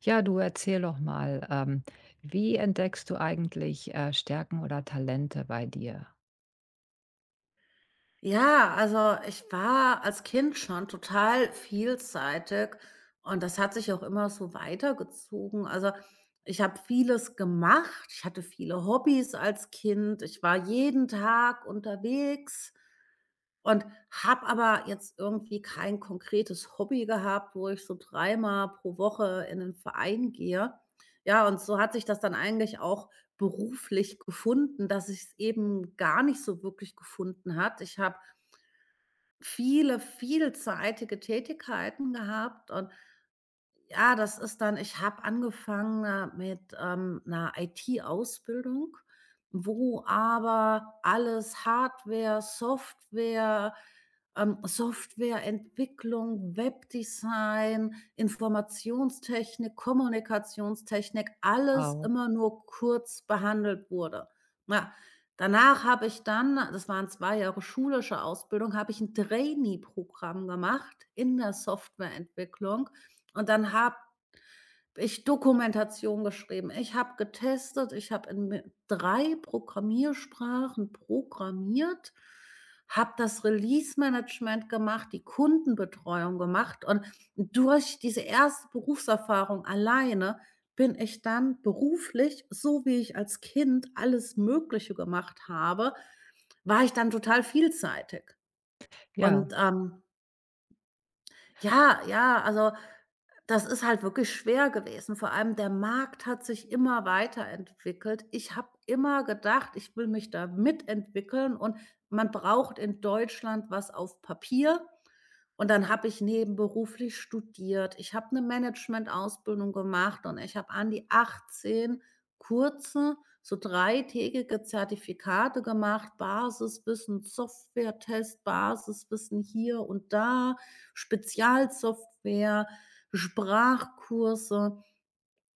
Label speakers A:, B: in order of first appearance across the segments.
A: Ja, du, erzähl doch mal, wie entdeckst du eigentlich, Stärken oder Talente bei dir?
B: Ja, also ich war als Kind schon total vielseitig und das hat sich auch immer so weitergezogen. Also ich habe vieles gemacht, ich hatte viele Hobbys als Kind, ich war jeden Tag unterwegs und habe aber jetzt irgendwie kein konkretes Hobby gehabt, wo ich so dreimal pro Woche in den Verein gehe. Ja, und so hat sich das dann eigentlich auch beruflich gefunden, dass ich es eben gar nicht so wirklich gefunden hat. Ich habe vielseitige Tätigkeiten gehabt und ja, das ist dann ich habe angefangen, mit, 'ner IT-Ausbildung, wo aber alles Hardware, Software, Softwareentwicklung, Webdesign, Informationstechnik, Kommunikationstechnik, alles
A: Wow.
B: immer nur kurz behandelt wurde. Ja, danach habe ich dann das waren 2 Jahre schulische Ausbildung, habe ich ein Trainee-Programm gemacht in der Softwareentwicklung und dann habe ich Dokumentation geschrieben. Ich habe getestet. Ich habe in mi 3 Programmiersprachen programmiert, habe das Release-Management gemacht, die Kundenbetreuung gemacht und durch diese erste Berufserfahrung alleine bin ich dann beruflich, so wie ich als Kind alles Mögliche gemacht habe, war ich dann total vielseitig.
A: Ja,
B: Und, ja, ja, also das ist halt wirklich schwer gewesen. Vor allem der Markt hat sich immer weiterentwickelt. Ich habe immer gedacht, ich will mich da mitentwickeln und man braucht in Deutschland was auf Papier. Und dann habe ich nebenberuflich studiert. Ich habe 'ne Managementausbildung gemacht und ich habe an die 18 kurze, so dreitägige Zertifikate gemacht, Basiswissen, Softwaretest, Basiswissen hier und da, Spezialsoftware, Sprachkurse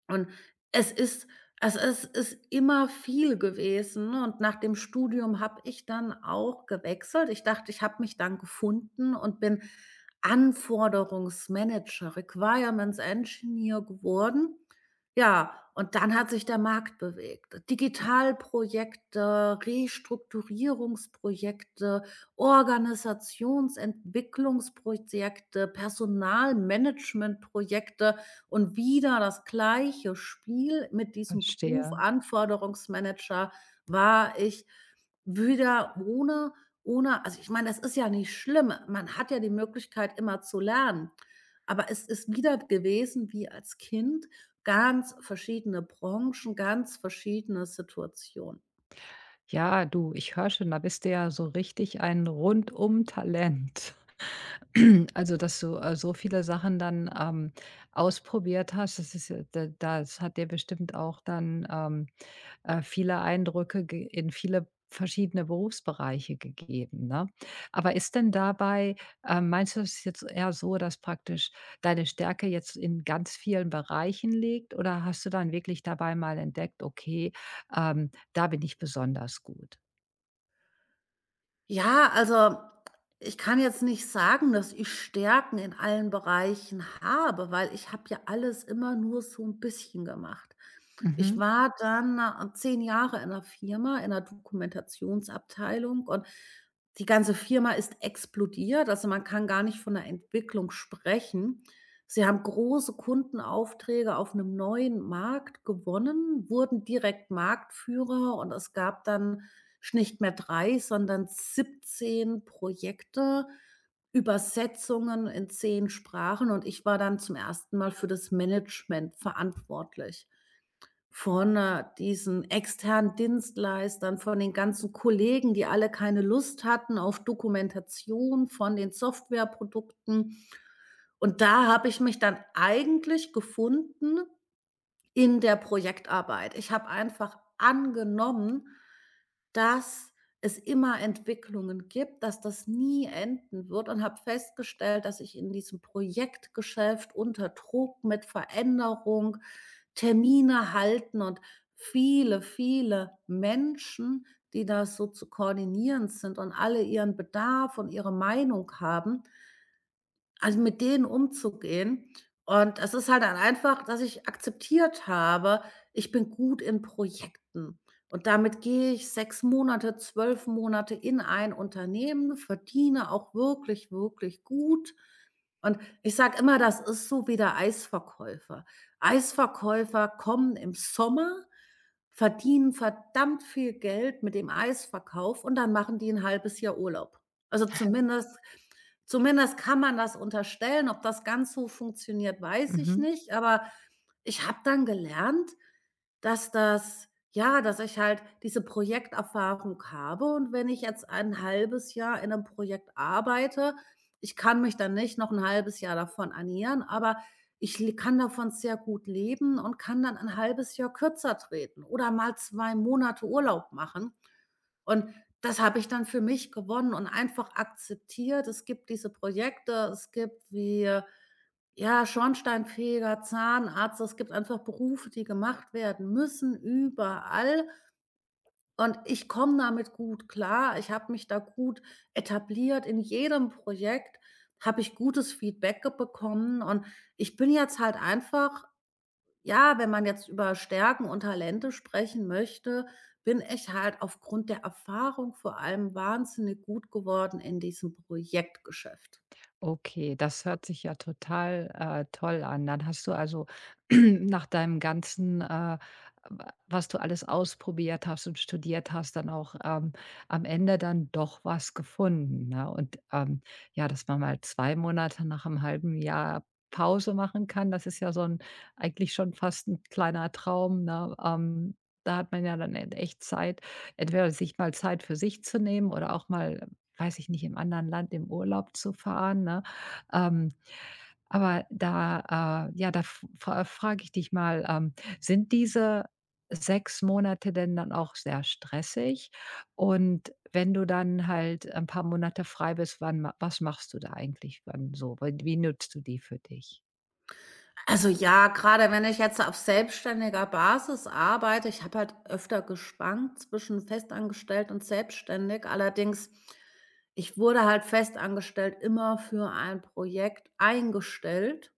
B: und es ist also, es ist immer viel gewesen, ne, und nach dem Studium habe ich dann auch gewechselt. Ich dachte, ich habe mich dann gefunden und bin Anforderungsmanager, Requirements Engineer geworden. Ja, und dann hat sich der Markt bewegt. Digitalprojekte, Restrukturierungsprojekte, Organisationsentwicklungsprojekte, Personalmanagementprojekte und wieder das gleiche Spiel mit diesem Beruf
A: verstehe.
B: Anforderungsmanager war ich wieder ohne also, ich meine, das ist ja nicht schlimm. Man hat ja die Möglichkeit, immer zu lernen. Aber es ist wieder gewesen wie als Kind, ganz verschiedene Branchen, ganz verschiedene Situationen.
A: Ja, du, ich höre schon, da bist du ja so richtig ein Rundum-Talent. Also, dass du, so viele Sachen dann, ausprobiert hast, das ist ja da das hat dir bestimmt auch dann, viele Eindrücke ge in viele verschiedene Berufsbereiche gegeben, ne? Aber ist denn dabei meinst du, es jetzt eher so, dass praktisch deine Stärke jetzt in ganz vielen Bereichen liegt, oder hast du dann wirklich dabei mal entdeckt: „Okay, da bin ich besonders gut?“
B: Ja, also ich kann jetzt nicht sagen, dass ich Stärken in allen Bereichen habe, weil ich habe ja alles immer nur so ein bisschen gemacht. Ich
A: Mhm,
B: war dann, 10 Jahre in einer Firma, in 'ner Dokumentationsabteilung und die ganze Firma ist explodiert. Also, man kann gar nicht von 'ner Entwicklung sprechen. Sie haben große Kundenaufträge auf einem neuen Markt gewonnen, wurden direkt Marktführer und es gab dann nicht mehr 3, sondern 17 Projekte, Übersetzungen in 10 Sprachen und ich war dann zum ersten Mal für das Management verantwortlich von, diesen externen Dienstleistern, von den ganzen Kollegen, die alle keine Lust hatten auf Dokumentation von den Softwareprodukten. Und da habe ich mich dann eigentlich gefunden in der Projektarbeit. Ich habe einfach angenommen, dass es immer Entwicklungen gibt, dass das nie enden wird und habe festgestellt, dass ich in diesem Projektgeschäft unter Druck mit Veränderung, Termine halten und viele Menschen, die das so zu koordinieren sind und alle ihren Bedarf und ihre Meinung haben, also, mit denen umzugehen. Und es ist halt dann einfach, dass ich akzeptiert habe, ich bin gut in Projekten. Und damit gehe ich 6 Monate, 12 Monate in ein Unternehmen, verdiene auch wirklich gut. Und ich sage immer, das ist so wie der Eisverkäufer. Eisverkäufer kommen im Sommer, verdienen verdammt viel Geld mit dem Eisverkauf und dann machen die ein halbes Jahr Urlaub. Also, zumindest Zumindest kann man das unterstellen. Ob das ganz so funktioniert, weiß ich
A: mhm.
B: nicht. Aber ich habe dann gelernt, dass das ja, dass ich halt diese Projekterfahrung habe und wenn ich jetzt ein halbes Jahr in einem Projekt arbeite, ich kann mich dann nicht noch ein halbes Jahr davon ernähren, aber ich le kann davon sehr gut leben und kann dann ein halbes Jahr kürzer treten oder mal 2 Monate Urlaub machen. Und das habe ich dann für mich gewonnen und einfach akzeptiert. Es gibt diese Projekte, es gibt wie, ja, Schornsteinfeger, Zahnarzt, es gibt einfach Berufe, die gemacht werden müssen, überall. Und ich komme damit gut klar. Ich habe mich da gut etabliert. In jedem Projekt habe ich gutes Feedback ge bekommen und ich bin jetzt halt einfach ja, wenn man jetzt über Stärken und Talente sprechen möchte, bin ich halt aufgrund der Erfahrung vor allem wahnsinnig gut geworden in diesem Projektgeschäft.
A: Okay, das hört sich ja total, toll an. Dann hast du also nach deinem ganzen, w was du alles ausprobiert hast und studiert hast, dann auch, am Ende dann doch was gefunden, ne? Und, ja, dass man mal 2 Monate nach einem halben Jahr Pause machen kann, das ist ja so ein eigentlich schon fast ein kleiner Traum, ne? Da hat man ja dann e echt Zeit, entweder sich mal Zeit für sich zu nehmen oder auch mal, weiß ich nicht, im anderen Land im Urlaub zu fahren, ne? Ähm, da frage ich dich mal, sind diese 6 Monate denn dann auch sehr stressig? Und wenn du dann halt ein paar Monate frei bist, wann ma was machst du da eigentlich wann so? Weil wie nutzt du die für dich?
B: Also ja, gerade wenn ich jetzt auf selbstständiger Basis arbeite ich habe halt öfter geschwankt zwischen festangestellt und selbstständig. Allerdings, ich wurde halt festangestellt immer für ein Projekt eingestellt.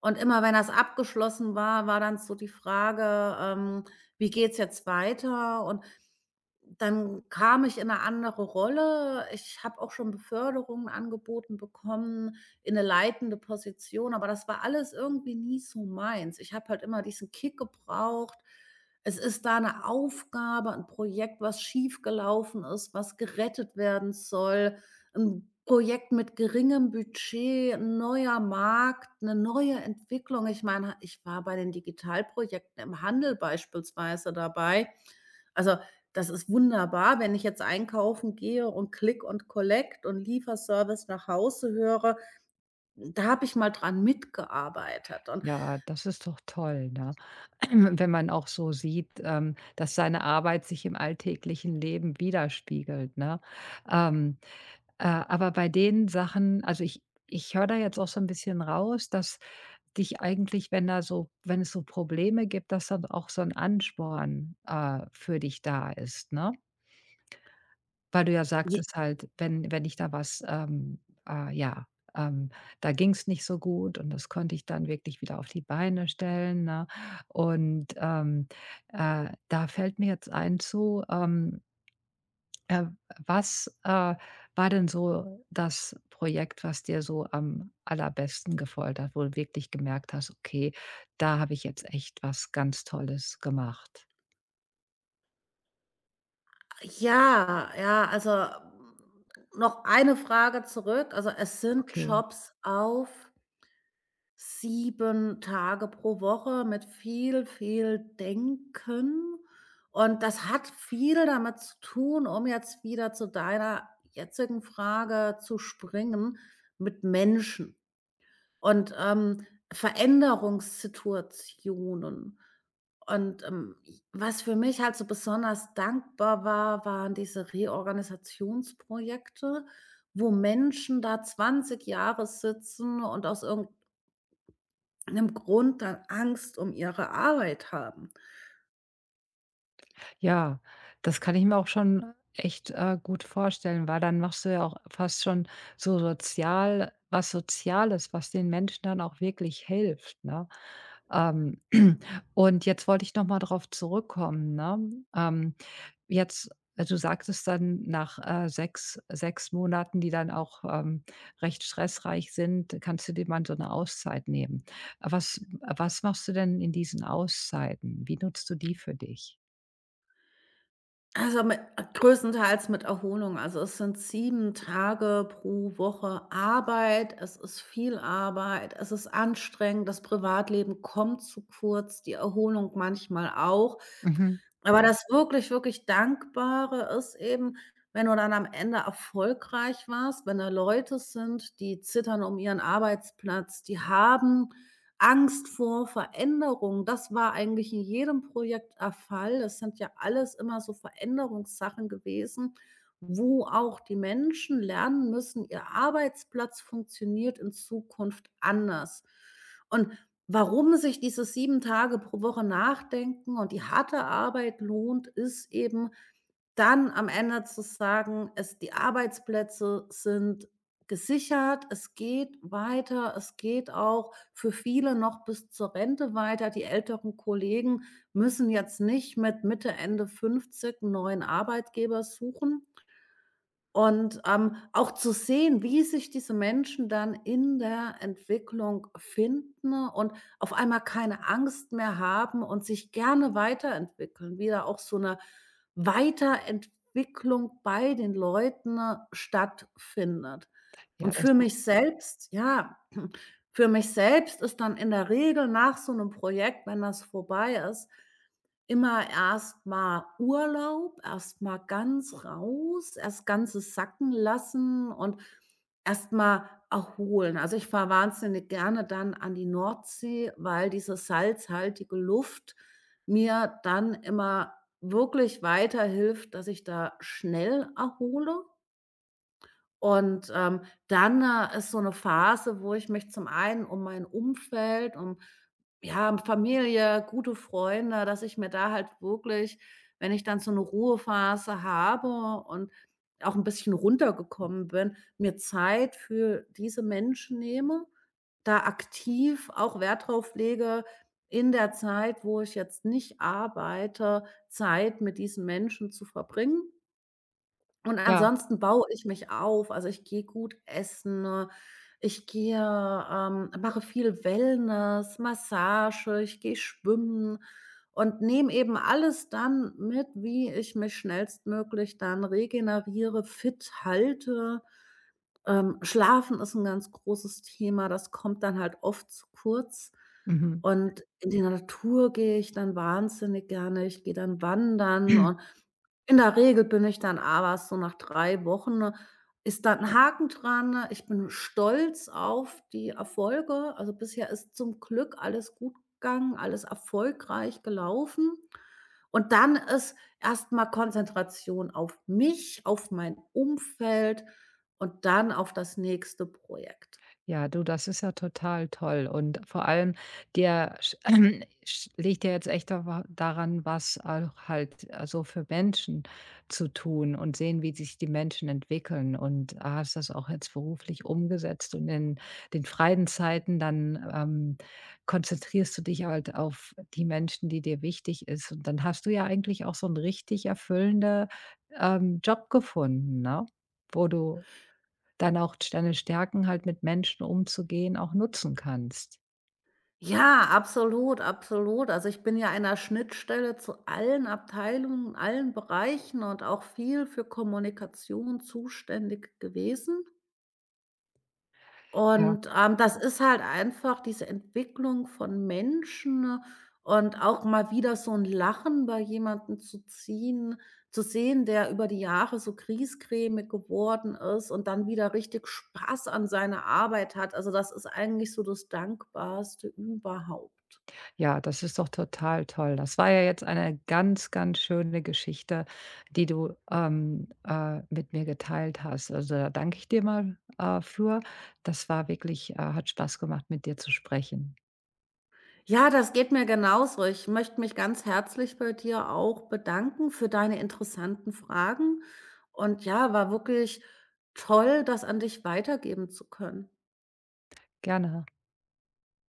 B: Und immer wenn das abgeschlossen war, war dann so die Frage, „Wie geht's jetzt weiter?“ Und dann kam ich in eine andere Rolle. Ich habe auch schon Beförderungen angeboten bekommen in eine leitende Position, aber das war alles irgendwie nie so meins. Ich habe halt immer diesen Kick gebraucht. Es ist da eine Aufgabe, ein Projekt, was schiefgelaufen ist, was gerettet werden soll, ein Projekt mit geringem Budget, 'n neuer Markt, eine neue Entwicklung. Ich meine, ich war bei den Digitalprojekten im Handel beispielsweise dabei. Also das ist wunderbar, wenn ich jetzt einkaufen gehe und Click und Collect und Lieferservice nach Hause höre. Da habe ich mal dran mitgearbeitet und
A: Ja, das ist doch toll, ne? Wenn man auch so sieht, dass seine Arbeit sich im alltäglichen Leben widerspiegelt, ne? Ähm, aber bei den Sachen, ich höre da jetzt auch so ein bisschen raus, dass dich eigentlich, wenn es so Probleme gibt, dass dann auch so ein Ansporn, für dich da ist, ne? Weil du ja
B: j
A: sagtest halt, wenn ich da was, äh, ja, ähm, da ging's nicht so gut und das konnte ich dann wirklich wieder auf die Beine stellen, ne? Und, da fällt mir jetzt ein zu, äh, was, war denn so das Projekt, was dir so am allerbesten gefolgt hat, wo du wirklich gemerkt hast: „Okay, da habe ich jetzt echt was ganz Tolles gemacht?“
B: ja, ja, also, noch eine Frage zurück. Also, es sind
A: Okay.
B: Jobs auf 7 Tage pro Woche mit viel Denken und das hat viel damit zu tun, um jetzt wieder zu deiner jetzigen Frage zu springen, mit Menschen. Und, Veränderungssituationen. Und, was für mich halt so besonders dankbar war, waren diese Reorganisationsprojekte, wo Menschen da 20 Jahre sitzen und aus irgendeinem Grund dann Angst um ihre Arbeit haben.
A: Ja, das kann ich mir auch schon echt, gut vorstellen, weil dann machst du ja auch fast schon so sozial was Soziales, was den Menschen dann auch wirklich hilft, ne? Ähm, und jetzt wollte ich noch mal drauf zurückkommen, ne? Ähm, jetzt Du sagtest dann nach, sechs 6 Monaten, die dann auch, recht stressreich sind, kannst du dir mal so eine Auszeit nehmen. Was machst du denn in diesen Auszeiten? Wie nutzt du die für dich?
B: Also, mit größtenteils mit Erholung. Also, es sind 7 Tage pro Woche Arbeit. Es ist viel Arbeit. Es ist anstrengend. Das Privatleben kommt zu kurz, die Erholung manchmal auch.
A: Mhm.
B: Aber das wirklich Dankbare ist eben, wenn du dann am Ende erfolgreich warst, wenn da Leute sind, die zittern um ihren Arbeitsplatz, die haben Angst vor Veränderung. Das war eigentlich in jedem Projekt der Fall. Das sind ja alles immer so Veränderungssachen gewesen, wo auch die Menschen lernen müssen, ihr Arbeitsplatz funktioniert in Zukunft anders. Und warum sich dieses 7 Tage pro Woche Nachdenken und die harte Arbeit lohnt, ist eben dann am Ende zu sagen, es die Arbeitsplätze sind gesichert, es geht weiter, es geht auch für viele noch bis zur Rente weiter. Die älteren Kollegen müssen jetzt nicht mit Mitte, Ende 50 'n neuen Arbeitgeber suchen. Und, auch zu sehen, wie sich diese Menschen dann in der Entwicklung finden und auf einmal keine Angst mehr haben und sich gerne weiterentwickeln, wieder auch so eine Weiterentwicklung bei den Leuten stattfindet.
A: Ja,
B: Und
A: das
B: für mich selbst ja, für mich selbst ist dann in der Regel nach so einem Projekt, wenn das vorbei ist immer erst mal Urlaub, erst mal ganz raus, erst Ganzes sacken lassen und erst mal erholen. Also, ich fahre wahnsinnig gerne dann an die Nordsee, weil diese salzhaltige Luft mir dann immer wirklich weiterhilft, dass ich da schnell erhole. Und, dann, ist so eine Phase, wo ich mich zum einen um mein Umfeld, um, ja, um Familie, gute Freunde dass ich mir da halt wirklich, wenn ich dann so eine Ruhephase habe und auch ein bisschen runtergekommen bin, mir Zeit für diese Menschen nehme, da aktiv auch Wert drauf lege, in der Zeit, wo ich jetzt nicht arbeite, Zeit mit diesen Menschen zu verbringen. Und
A: ja.
B: ansonsten baue ich mich auf. Also, ich gehe gut essen, ich gehe mache viel Wellness, Massage, ich gehe schwimmen und nehme eben alles dann mit, wie ich mich schnellstmöglich dann regeneriere, fit halte. Schlafen ist ein ganz großes Thema, das kommt dann halt oft zu kurz.
A: Mhm.
B: Und in die Natur gehe ich dann wahnsinnig gerne. Ich gehe dann wandern und in der Regel bin ich dann aber so nach 3 Wochen ne, ist dann 'n Haken dran. Ne? Ich bin stolz auf die Erfolge. Also, bisher ist zum Glück alles gut gegangen, alles erfolgreich gelaufen. Und dann ist erst mal Konzentration auf mich, auf mein Umfeld und dann auf das nächste Projekt.
A: Ja, du, das ist ja total toll, und vor allem dir sch sch liegt ja jetzt echt da daran, was auch halt, so für Menschen zu tun und sehen, wie sich die Menschen entwickeln, und hast das auch jetzt beruflich umgesetzt, und in den freien Zeiten dann, konzentrierst du dich halt auf die Menschen, die dir wichtig ist, und dann hast du ja eigentlich auch so 'n richtig erfüllende, Job gefunden, ne? Wo du dann auch deine Stärken, halt mit Menschen umzugehen, auch nutzen kannst.
B: Ja, absolut, absolut. Also, ich bin ja an 'ner Schnittstelle zu allen Abteilungen, allen Bereichen und auch viel für Kommunikation zuständig gewesen.
A: Ja,
B: Und, das ist halt einfach diese Entwicklung von Menschen und auch mal wieder so ein Lachen bei jemandem zu ziehen zu sehen, der über die Jahre so griesgrämig geworden ist und dann wieder richtig Spaß an seiner Arbeit hat. Also, das ist eigentlich so das Dankbarste überhaupt.
A: ja, das ist doch total toll. Das war ja jetzt eine ganz, ganz schöne Geschichte, die du, mit mir geteilt hast. Also, da danke ich dir mal, für. Das war wirklich hat Spaß gemacht, mit dir zu sprechen.
B: Ja, das geht mir genauso. Ich möchte mich ganz herzlich bei dir auch bedanken für deine interessanten Fragen. Und ja, war wirklich toll, das an dich weitergeben zu können.
A: Gerne.